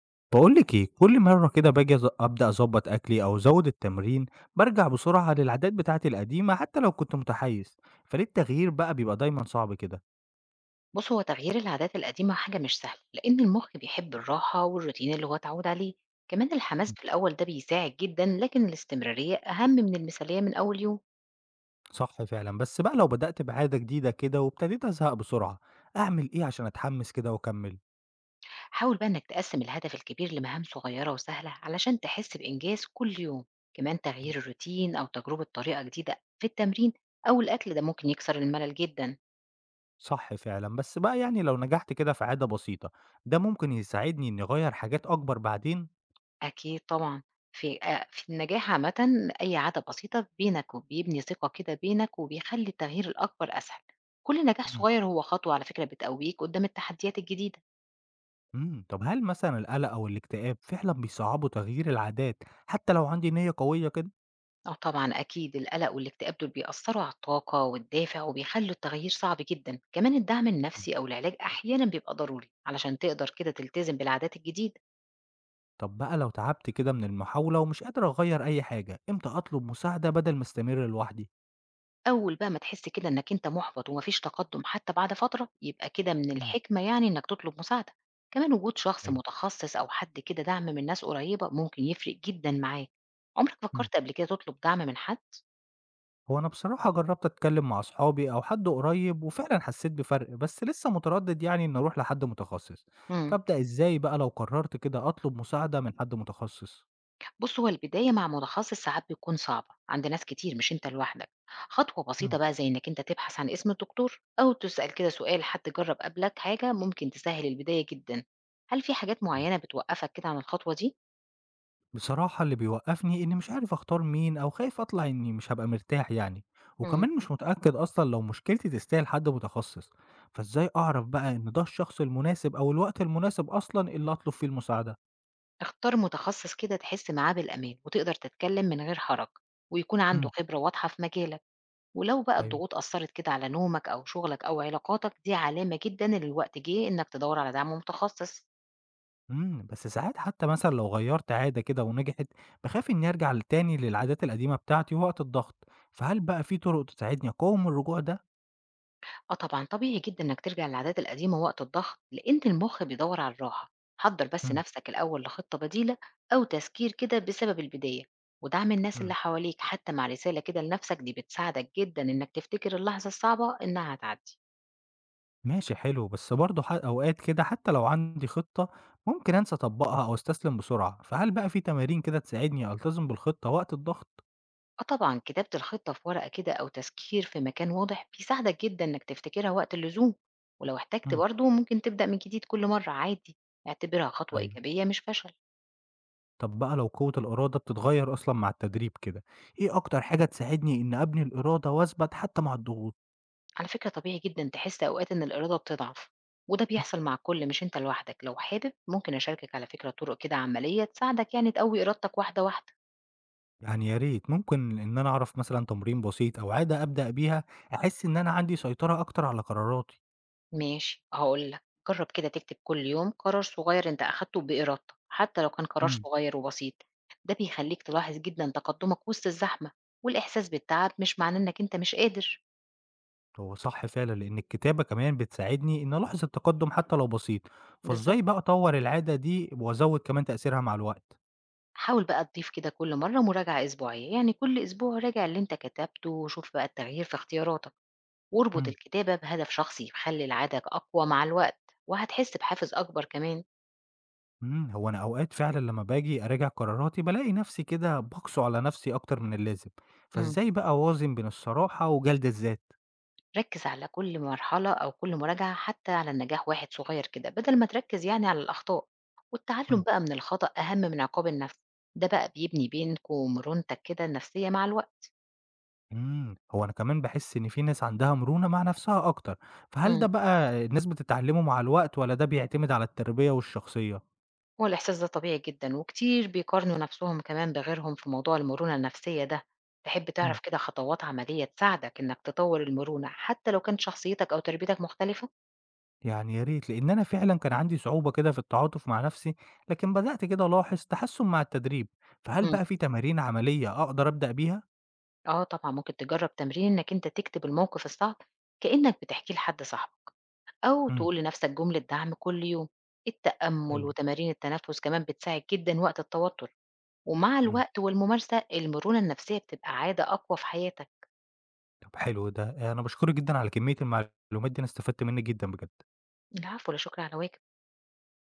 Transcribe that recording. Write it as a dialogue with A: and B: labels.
A: باقول لِك إيه، كل مرّة كده باجي أبدأ أضبّط أكلي أو أزوّد التمرين، بارجع بسرعة للعادات بتاعتي القديمة حتى لو كنت متحيّز، فليه التغيير بقى بيبقى دايمًا صعب كده؟
B: بص، هو تغيير العادات القديمة حاجة مش سهلة لأن المخ بيحب الراحة والروتين اللي هو اتعود عليه. كمان الحماس
A: إمم،
B: في الأول ده بيساعد جدا، لكن الاستمرارية أهم من المثالية من أول يوم.
A: صح فعلًا، بس بقى لو بدأت بعادة جديدة كده وابتديت أزهق بسرعة، أعمل إيه عشان أتحمّس كده وأكمّل؟
B: حاول بقى إنك تقسم الهدف الكبير لمهام صغيرة وسهلة علشان تحس بإنجاز كل يوم. كمان تغيير الروتين أو تجربة طريقة جديدة في التمرين أو الأكل ده ممكن يكسر الملل جدا.
A: صح فعلًا، بس بقى يعني لو نجحت كده في عادة بسيطة، ده ممكن يساعدني إني أغيّر حاجات أكبر بعدين؟
B: أكيد طبعًا، في النجاح عامةً أي عادة بسيطة بينك وبيبني ثقة كده بينك وبيخلّي التغيير الأكبر أسهل، كل نجاح
A: إمم،
B: صغير هو خطوة على فكرة بتقويك قدّام التحديات الجديدة.
A: إمم، طب هل مثلًا القلق أو الاكتئاب فعلًا بيصعّبوا تغيير العادات حتى لو عندي نيّة قوية كده؟
B: آه طبعًا، أكيد القلق والاكتئاب دول بيأثّروا على الطاقة والدافع وبيخلّوا التغيير صعب جدًا، كمان الدعم
A: إمم.
B: النفسي أو العلاج أحيانًا بيبقى ضروري علشان تقدر كده تلتزم بالعادات الجديدة.
A: طب بقى لو تعبت كده من المحاولة ومش قادر أغير أي حاجة، إمتى أطلب مساعدة بدل ما أستمر لوحدي؟
B: أول بقى ما تحس كده إنك أنت محبط وما فيش تقدم حتى بعد فترة، يبقى كده من
A: مم.
B: الحكمة يعني إنك تطلب مساعدة. كمان وجود شخص
A: أيوه.
B: متخصص أو حد كده دعم من ناس قريبة ممكن يفرق جدًا معاك. عمرك
A: مم.
B: فكرت قبل كده تطلب دعم من حد؟
A: هو أنا بصراحة جربت أتكلم مع أصحابي أو حد قريب وفعلا حسيت بفرق بس لسه متردد يعني إن أروح لحد متخصص،
B: إمم.
A: فأبدأ إزاي بقى لو قررت كده أطلب مساعدة من حد متخصص؟
B: بُص، هو البداية مع متخصص ساعات بتكون صعبة عند ناس كتير مش أنت لوحدك. خطوة بسيطة بقى زي إنك أنت تبحث عن اسم الدكتور أو تسأل كده سؤال حد جرب قبلك حاجة ممكن تسهل البداية جدًا. هل في حاجات
A: مم.
B: معينة بتوقفك كده عن الخطوة دي؟
A: بصراحة اللي بيوقّفني إنّي مش عارف أختار مين أو خايف أطلع إنّي مش هابقى مرتاح يعني،
B: إمم.
A: وكمان مش متأكد أصلًا لو مشكلتي تستاهل حد متخصص، فإزاي أعرف بقى إن ده الشخص المناسب أو الوقت المناسب أصلًا اللي أطلب فيه المساعدة؟
B: اختار متخصص كده تحس معاه بالأمان وتقدر تتكلم من غير حرج، ويكون عنده
A: إمم،
B: خبرة واضحة في مجالك. ولو بقى
A: أيوه،
B: الضغوط أثرت كده على نومك أو شغلك أو علاقاتك، دي علامة جدا إن الوقت جه إنك تدور على دعم متخصص.
A: بس ساعات حتى مثلًا لو غيّرت عادة كده ونجحت، باخاف إنّي أرجع تاني للعادات القديمة بتاعتي وقت الضغط، فهل بقى في طُرق تساعدني أقاوم الرجوع ده؟
B: اه طبعا، طبيعي جدا إنك ترجع للعادات القديمة وقت الضغط لأن المخ بيدور على الراحة. حضر بس
A: إمم،
B: نفسك الأول لخطة بديلة أو تذكير كده بسبب البداية، ودعم الناس اللي
A: إمم.
B: حواليك، حتى مع رسالة كده لنفسك، دي بتساعدك جدا إنك تفتكر اللحظة الصعبة إنها هتعدي.
A: ماشي حلو، بس برضه أوقات كده حتى لو عندي خطة، ممكن أنسى أطبّقها أو أستسلم بسرعة، فهل بقى في تمارين كده تساعدني ألتزم بالخطة وقت الضغط؟
B: آه طبعًا، كتابة الخطة في ورقة كده أو تذكير في مكان واضح بيساعدك جدًا إنك تفتكرها وقت اللزوم، ولو احتجت
A: امم.
B: برضه ممكن تبدأ من جديد كل مرة عادي، اعتبرها خطوة
A: أيوه.
B: إيجابية مش فشل.
A: طب بقى لو قوة الإرادة بتتغيّر أصلًا مع التدريب كده، إيه أكتر حاجة تساعدني إني أبني الإرادة وأثبت حتى مع الضغوط؟
B: على فكرة طبيعي جدًا تحس أوقات إن الإرادة بتضعف، وده
A: امم.
B: بيحصل مع الكل مش أنت لوحدك. لو حابب ممكن أشاركك على فكرة طرق كده عملية تساعدك يعني تقوي إرادتك واحدة واحدة.
A: يعني يا ريت ممكن إن أنا أعرف مثلًا تمرين بسيط أو عادة أبدأ بيها أحس إن أنا عندي سيطرة أكتر على قراراتي.
B: ماشي، هاقول لك، جرّب كده تكتب كل يوم قرار صغير أنت أخدته بإرادتك، حتى لو كان قرار
A: امم.
B: صغير وبسيط. ده بيخلّيك تلاحظ جدًا تقدمك وسط الزحمة، والإحساس بالتعب مش معناه إنك أنت مش قادر.
A: هو صح فعلا لأن الكتابة كمان بتساعدني إن ألاحظ التقدم حتى لو بسيط فإزاي
B: بالضبط.
A: بقى أطور العادة دي وأزود كمان تأثيرها مع الوقت
B: حاول بقى تضيف كده كل مرّة مراجعة أسبوعية، يعني كل أسبوع راجع اللي أنت كتبته وشوف بقى التغيير في اختياراتك، واربط
A: مم.
B: الكتابة بهدف شخصي، خلّي العادة أقوى مع الوقت، وهتحس بحافز أكبر كمان.
A: مم. هو أنا أوقات فعلا لما باجي أراجع قراراتي بلاقي نفسي كده بقسو على نفسي أكتر من اللازم
B: إمم.
A: فإزاي بقى أوازن بين الصراحة وجلد الذات
B: ركز على كل مرحلة أو كل مراجعة، حتى على النجاح واحد صغير كده، بدل ما تركز يعني على الأخطاء، والتعلم
A: مم.
B: بقى من الخطأ أهم من عقاب النفس. ده بقى بيبني بينكم ومرونتك كده النفسية مع الوقت.
A: مم. هو أنا كمان بحس إن في ناس عندها مرونة مع نفسها أكتر فهل
B: مم.
A: ده بقى الناس بتتعلمه مع الوقت ولا ده بيعتمد على التربية والشخصية
B: هو الإحساس ده طبيعي جدا، وكتير بيقارنوا نفسهم كمان بغيرهم في موضوع المرونة النفسية ده. تحب
A: إمم.
B: تعرف كده خطوات عملية تساعدك إنك تطور المرونة حتى لو كانت شخصيتك أو تربيتك مختلفة؟
A: يعني يا ريت، لإن أنا فعلًا كان عندي صعوبة كده في التعاطف مع نَفْسي، لكن بدأت كده ألاحظ تحسُّن مع التدريب، فهل
B: مم.
A: بقى في تمارين عملية أقدر أبدأ بيها؟
B: آه طبعا، ممكن تجرب تمرين إنك أنت تكتب الموقف الصعب كأنك بتحكيه لحد صاحبك، أو
A: إمم،
B: تقول لنفسك جملة دعم كل يوم. التأمل
A: حلو،
B: وتمارين التنفس كمان بتساعد جدا وقت التوتر، ومع
A: إمم،
B: الوقت والممارسة المرونة النفسية بتبقى عادة أقوى في حياتك.
A: طَب حلو ده، أنا باشكرِك جدًا على كمية المعلومات دي، أنا استفدت منِّك جدًا بجد.
B: العفو، لا شكر على واجب.